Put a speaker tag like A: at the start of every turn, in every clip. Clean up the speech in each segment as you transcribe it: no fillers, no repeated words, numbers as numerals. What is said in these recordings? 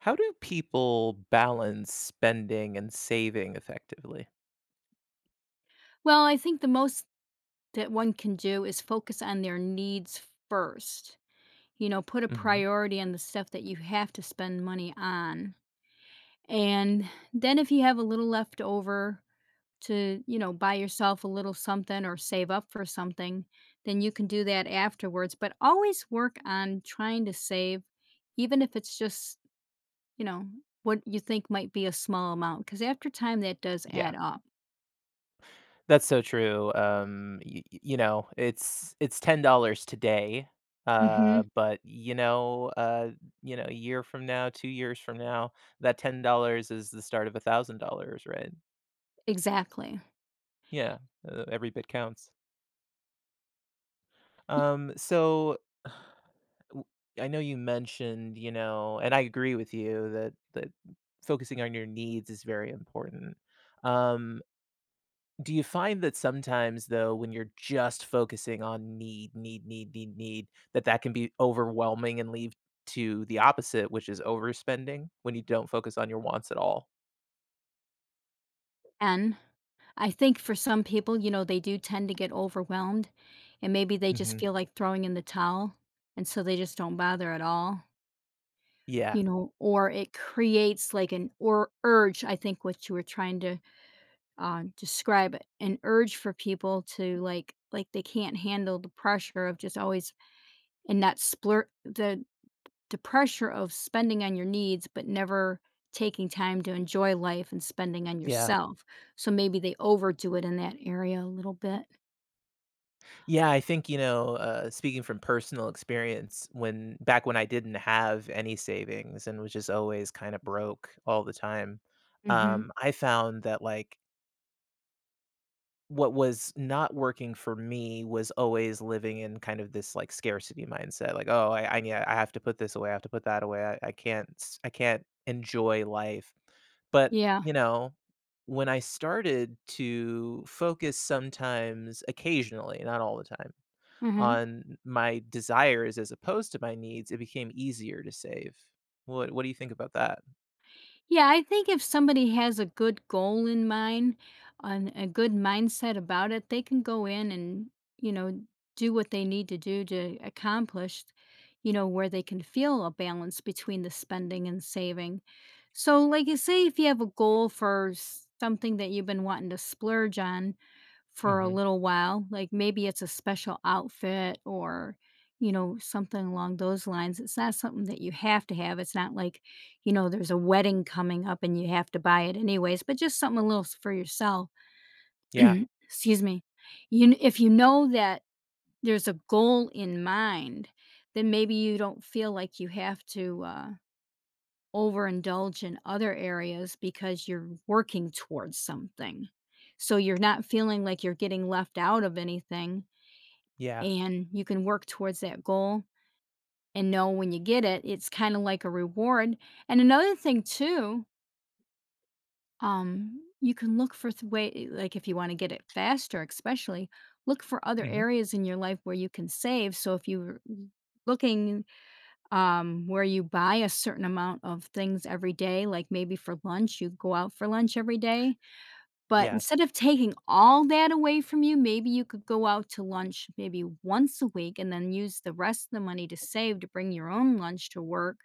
A: How do people balance spending and saving effectively?
B: Well, I think the most that one can do is focus on their needs first. You know, put a
A: Hmm.
B: priority on the stuff that you have to spend money on. And then if you have a little left over to buy yourself a little something or save up for something, then you can do that afterwards. But always work on trying to save, even if it's, just, you know, what you think might be a small amount, because after time that does add
A: Yeah,
B: up.
A: that's so true. It's $10 today,
B: Hmm.
A: but a year from now, 2 years from now, that $10 is the start of $1,000, right?
B: Exactly.
A: Yeah, every bit counts.
B: Y-
A: So. w- I know you mentioned, and I agree with you that focusing on your needs is very important. Um, do you find that sometimes though, when you're just focusing on need, need, need, need, need, that can be overwhelming and lead to the opposite, which is overspending when you don't focus on your wants at all?
B: And I think for some people, they do tend to get overwhelmed and maybe they just
A: Hmm.
B: feel like throwing in the towel, and so they just don't bother at all,
A: Yeah,
B: or it creates like an or urge. I think what you were trying to describe, an urge for people to like they can't handle the pressure of just always and that splur the pressure of spending on your needs but never taking time to enjoy life and spending on
A: yeah.
B: yourself. So maybe they overdo it in that area a little bit.
A: Yeah, I think, speaking from personal experience, when back when I didn't have any savings and was just always kind of broke all the time,
B: Mhm.
A: I found that like what was not working for me was always living in kind of this like scarcity mindset, like, oh, I yeah, I have to put this away, I have to put that away, I can't enjoy life. But
B: Yeah.
A: you know, when I started to focus sometimes, occasionally, not all the time
B: Mhm.
A: on my desires as opposed to my needs, it became easier to save. What do you think about that?
B: Yeah, I think if somebody has a good goal in mind and a good mindset about it, they can go in and, you know, do what they need to do to accomplish, where they can feel a balance between the spending and saving. So, like you say, if you have a goal for something that you've been wanting to splurge on for a
A: Mhm.
B: little while, like maybe it's a special outfit or something along those lines, it's not something that you have to have. It's not like there's a wedding coming up and you have to buy it anyways, but just something a little s for yourself.
A: Yeah.
B: Excuse me. You kn If you know that there's a goal in mind, then maybe you don't feel like you have to, overindulge in other areas because you're working towards something. So you're not feeling like you're getting left out of anything,
A: Yeah.
B: and you can work towards that goal and know when you get it, it's kinda like a reward. And another thing too. You can look for way, like if you want to get it faster, especially look for other
A: Mhm.
B: areas in your life where you can save. So if you're looking where you buy a certain amount of things every day, like maybe for lunch, you go out for lunch every day. But
A: Yeah.
B: instead of taking all that away from you, maybe you could go out to lunch maybe once a week and then use the rest of the money to save, to bring your own lunch to work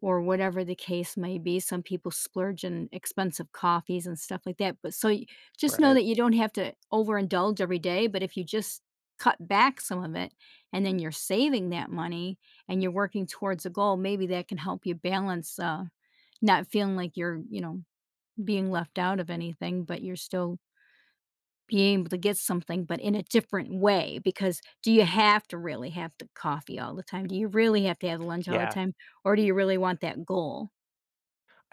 B: or whatever the case may be. Some people splurge on expensive coffees and stuff like that. But so just know
A: Right.
B: that you don't have to overindulge every day. But if you just cut back some of it and then you're saving that money and you're working towards a goal, maybe that can help you balance, not feeling like you're being left out of anything, but you're still being able to get something, but in a different way. Because do you have to really have the coffee all the time? Do you really have to have lunch all the
A: Yeah.
B: time? Or do you really want that goal?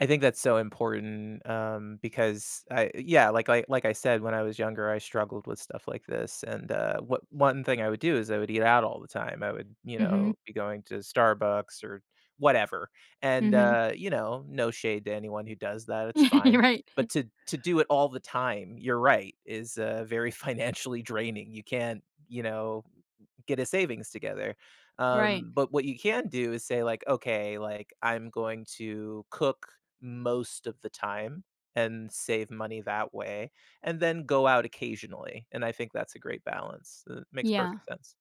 A: I think that's so important, because like I said, when I was younger, I struggled with stuff like this, and, what one thing I would do is I would eat out all the time, I would,
B: Hmm.
A: be going to Starbucks or whatever, and,
B: Mhm.
A: no shade to anyone who does that, it's fine,
B: Right,
A: but to do it all the time, you're right, is, very financially draining, you can't, get a savings together,
B: right.
A: but what you can do is say, like, "Okay, like, I'm going to cook most of the time and save money that way, and then go out occasionally, and I think that's a great balance. It makes
B: Yeah.
A: perfect sense.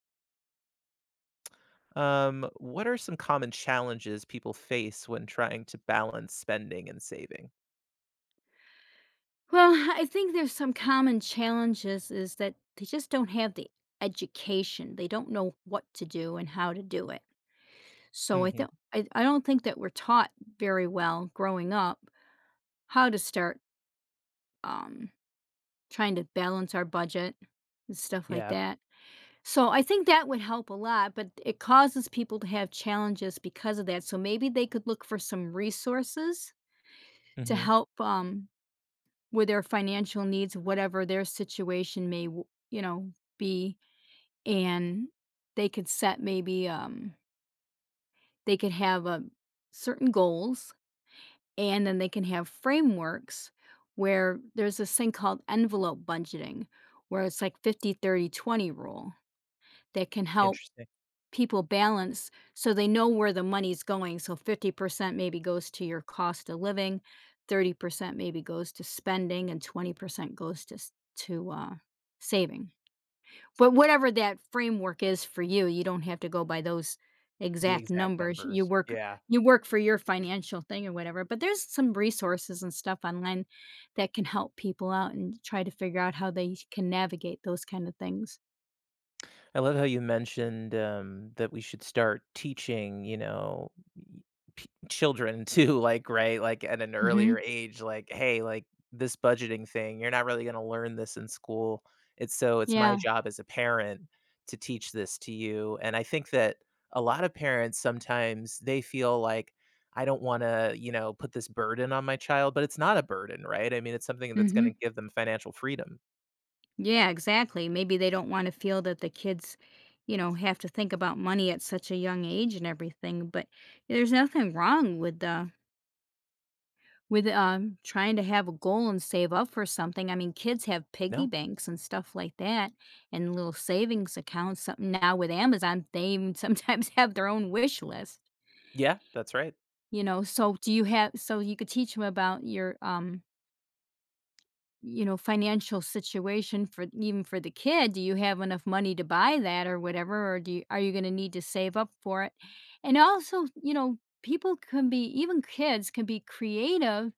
A: What are some common challenges people face when trying to balance spending and saving?
B: Well, I think there's some common challenges is that they just don't have the education. They don't know what to do and how to do it. So I
A: Mhm.
B: think I don't think that we're taught very well growing up how to start, um, trying to balance our budget and stuff like
A: Yeah.
B: that. So I think that would help a lot, but it causes people to have challenges because of that. So maybe they could look for some resources to
A: Mhm.
B: help, with their financial needs, whatever their situation may be, and they could set maybe they could have a certain goals, and then they can have frameworks where there's this thing called envelope budgeting, where it's like 50/30/20 rule that can help
A: Interesting.
B: people balance so they know where the money's going. So 50% maybe goes to your cost of living, 30% maybe goes to spending, and 20% goes to saving. But whatever that framework is for you, you don't have to go by those
A: The
B: exact
A: exact
B: numbers. You
A: numbers.
B: work
A: Yeah.
B: you work for your financial thing or whatever. But there's some resources and stuff online that can help people out and try to figure out how they can navigate those kind of things.
A: I love how you mentioned, that we should start teaching, you know, y p children to like, right, like, at an
B: Mhm.
A: earlier age, like, "Hey, like, this budgeting thing, you're not really gonna learn this in school. It's my
B: Yeah.
A: job as a parent to teach this to you," and I think that a lot of parents sometimes, they feel like, "I don't wanna, put this burden on my child," but it's not a burden, right? I mean, it's something that's
B: Mhm.
A: gonna give them financial freedom.
B: Yeah, exactly. Maybe they don't want to feel that the kids have to think about money at such a young age and everything. But there's nothing wrong with with trying to have a goal and save up for something. I mean, kids have piggy
A: No.
B: banks and stuff like that, and little savings accounts. Something now with Amazon, they even sometimes have their own wish list.
A: Yeah, that's right.
B: You know, so do you have? So you could teach them about your financial situation, for even for the kid, do you, have enough money to buy that or whatever or are you going to need to save up for it? And also, people can be, even kids can be creative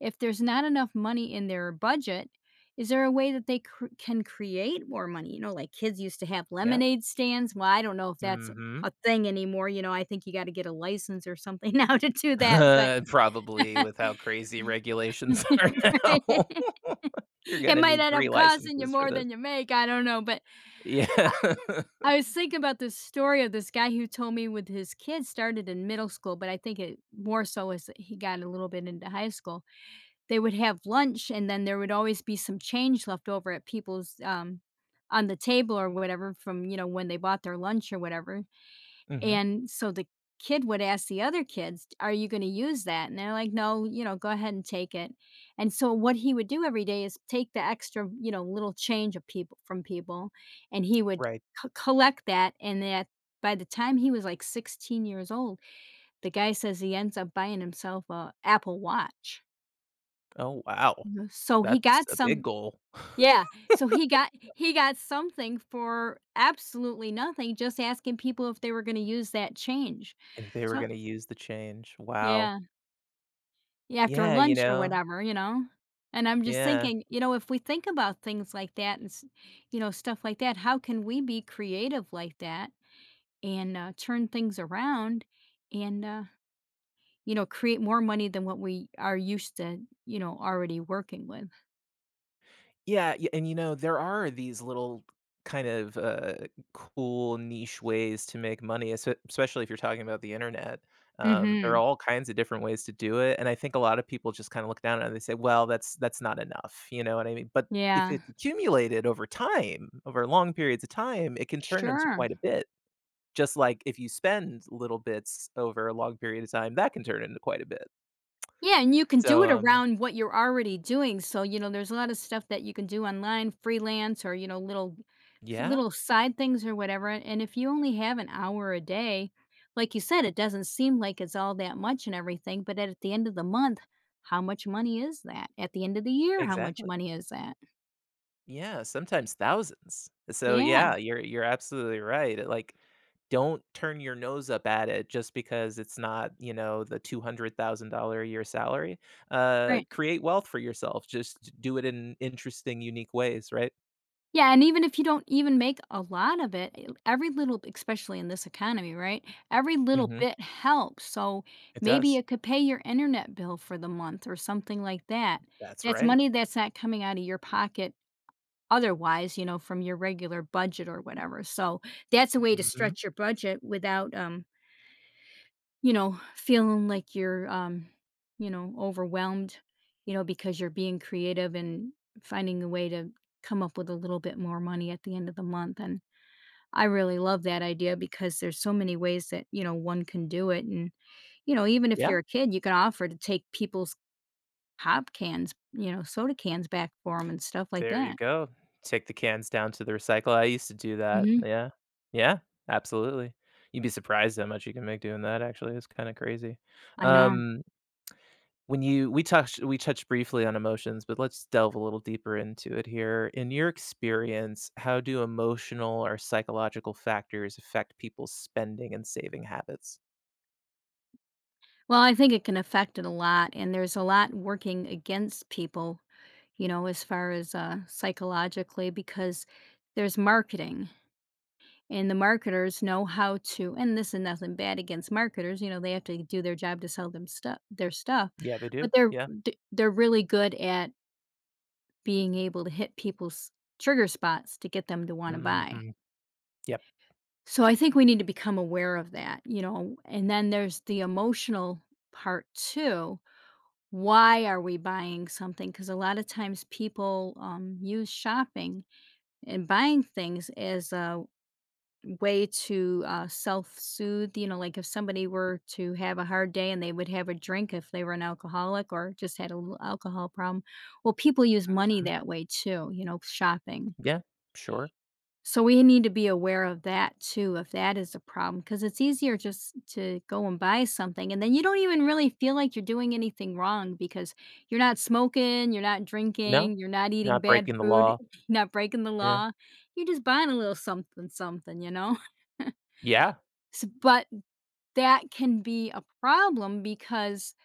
B: if there's not enough money in their budget. Is there a way that they can create more money? You know, like kids used to have
A: Yeah.
B: lemonade stands. Well, I don't know if that's
A: Mhm.
B: a thing anymore. You know, I think you got to get a license or something now to do that, but
A: Probably with how crazy regulations are
B: right.
A: now. You're
B: It
A: gonna
B: might
A: need
B: end
A: 3
B: up costing you
A: licenses for
B: more
A: this.
B: than you make, I don't know, but
A: Yeah.
B: I was thinking about this story of this guy who told me, with his kids, started in middle school, but I think it more so as he got a little bit into high school. They would have lunch and then there would always be some change left over at people's, on the table or whatever, from when they bought their lunch or whatever.
A: Mhm.
B: And so the kid would ask the other kids, "Are you gonna use that?" And they're like, "No, go ahead and take it." And so what he would do every day is take the extra, little change of people, from people, and he would
A: Right.
B: c collect that, and that by the time he was, like, 16 years old, the guy says he ends up buying himself a Apple Watch.
A: Oh, wow.
B: Mhm. So he
A: That's
B: got
A: a big
B: some.
A: goal.
B: Yeah, so he got something for absolutely nothing, just asking people if they were gonna use that change.
A: If they were
B: So.
A: gonna use the change, wow.
B: Yeah. Yeah, after
A: Yeah, you
B: lunch or
A: know?
B: whatever, you know? And I'm just
A: Yeah.
B: thinking, if we think about things like that, and stuff like that, how can we be creative like that and turn things around and create more money than what we are used to, already working with?
A: Yeah, y and, there are these little kind of, cool niche ways to make money, especially if you're talking about the internet. There are
B: Mhm.
A: all kinds of different ways to do it, and I think a lot of people just kinda look down on it and they say, "Well, that's not enough." You know what I mean? But if
B: Yeah.
A: it's accumulated over time, over long periods of time, it can turn into
B: Sure.
A: quite a bit. Just like if you spend little bits over a long period of time, that can turn into quite a bit.
B: Yeah, and you can do
A: So,
B: it around what you're already doing. So, there's a lot of stuff that you can do online, freelance or little s-
A: yeah,
B: little side things or whatever. And if you only have an hour a day, like you said, it doesn't seem like it's all that much and everything, but at the end of the month, how much money is that? At the end of the year, how much
A: exactly.
B: money is that?
A: Yeah, sometimes thousands. So yeah,
B: Yeah,
A: you're absolutely right. Like don't turn your nose up at it just because it's not, the $200,000 a year salary.
B: right.
A: Create wealth for yourself. Just do it in interesting unique ways, right?
B: Yeah, and even if you don't even make a lot of it, e every little, especially in this economy, right? Every little
A: Mhm.
B: bit helps, so
A: It
B: maybe
A: does.
B: it could pay your internet bill for the month or something like that.
A: That's
B: That's
A: right.
B: money that's not coming out of your pocket otherwise, from your regular budget or whatever, so that's a way to
A: Mhm.
B: stretch your budget without, feeling like you're overwhelmed, because you're being creative and finding a way to come up with a little bit more money at the end of the month. And I really love that idea because there's so many ways that one can do it. And, even if you're
A: Yeah.
B: a kid, you can offer to take people's pop cans, soda cans back for them and stuff like
A: There you
B: that.
A: go. Take the cans down to the recycle. I used to do that.
B: Hmm.
A: Yeah. Yeah, absolutely. You'd be surprised how much you can make doing that actually. It's kind of crazy.
B: I know.
A: Um When you we touched briefly on emotions, but let's delve a little deeper into it here. In your experience, how do emotional or psychological factors affect people's spending and saving habits?
B: Well, I think it can affect it a lot. And there's a lot working against people, as far as psychologically, because there's marketing, and the marketers know how to, and this is nothing bad against marketers, they have to do their job to sell them stuff, their stuff,
A: Yeah, they do.
B: but they're,
A: Yeah.
B: th- they're really good at being able to hit people's trigger spots to get them to want to buy.
A: Mhm. Yep.
B: So I think we need to become aware of that, and then there's the emotional part too. Why are we buying something? Because a lot of times people use shopping and buying things as a way to self-soothe. Like if somebody were to have a hard day and they would have a drink, if they were an alcoholic or just had a little alcohol problem. Well, people use money that way too, shopping.
A: Yeah. Sure.
B: So we need to be aware of that too, if that is a problem, because it's easier just to go and buy something, and then you don't even really feel like you're doing anything wrong because you're not smoking, you're not
A: No.
B: drinking, you're not eating
A: Not
B: bad
A: breaking the
B: food,
A: law.
B: you're not breaking the
A: Yeah.
B: law. You're just buying a little something, something, you know?
A: Yeah.
B: S But that can be a problem because,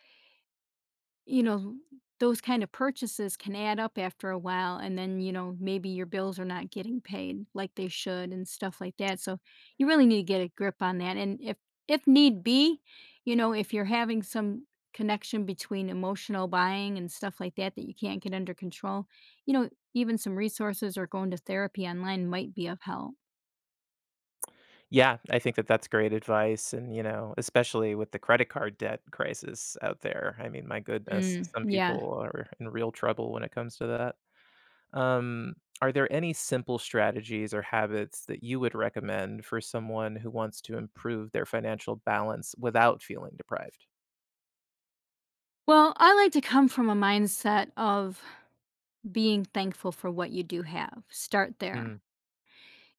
B: you know, those kind of purchases can add up after a while. And then, maybe your bills are not getting paid like they should and stuff like that. So you really need to get a grip on that. And if need be, if you're having some connection between emotional buying and stuff like that that you can't get under control, you know, even some resources or going to therapy online might be of help.
A: Yeah, I think that that's great advice and, especially with the credit card debt crisis out there. I mean, my goodness,
B: Mm,
A: some
B: yeah.
A: people are in real trouble when it comes to that. Um, are there any simple strategies or habits that you would recommend for someone who wants to improve their financial balance without feeling deprived?
B: Well, I like to come from a mindset of being thankful for what you do have. Start there.
A: Mm,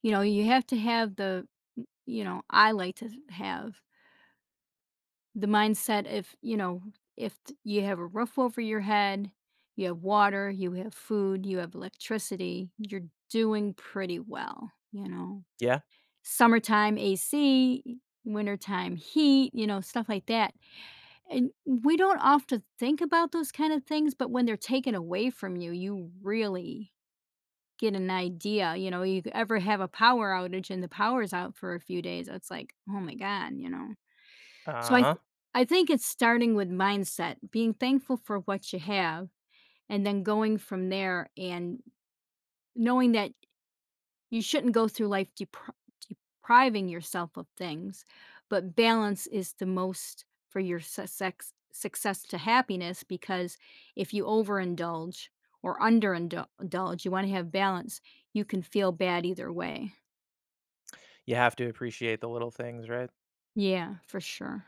B: You have to have. I like to have the mindset, if, you know, if t you have a roof over your head, you have water, you have food, you have electricity, you're doing pretty well, you know?
A: yeah.
B: Summertime AC, wintertime heat, stuff like that, and we don't often think about those kind of things, but when they're taken away from you, you really get an idea. You know, you ever have a power outage and the power's out for a few days, it's like, "Oh my god," you know?
A: Uh
B: So I th
A: huh.
B: I think it's starting with mindset, being thankful for what you have, and then going from there and knowing that you shouldn't go through life depriving yourself of things, but balance is the most, for your su sex success to happiness, because if you overindulge or underindulge, you wanna have balance, you can feel bad either way.
A: You have to appreciate the little things, right?
B: Yeah, for sure.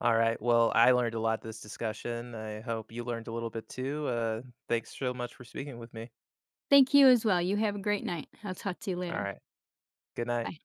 A: All right. Well, I learned a lot this discussion. I hope you learned a little bit too. Thanks so much for speaking with me.
B: Thank you as well. You have a great night. I'll talk to you
A: All
B: later.
A: right. Good night.
B: Bye.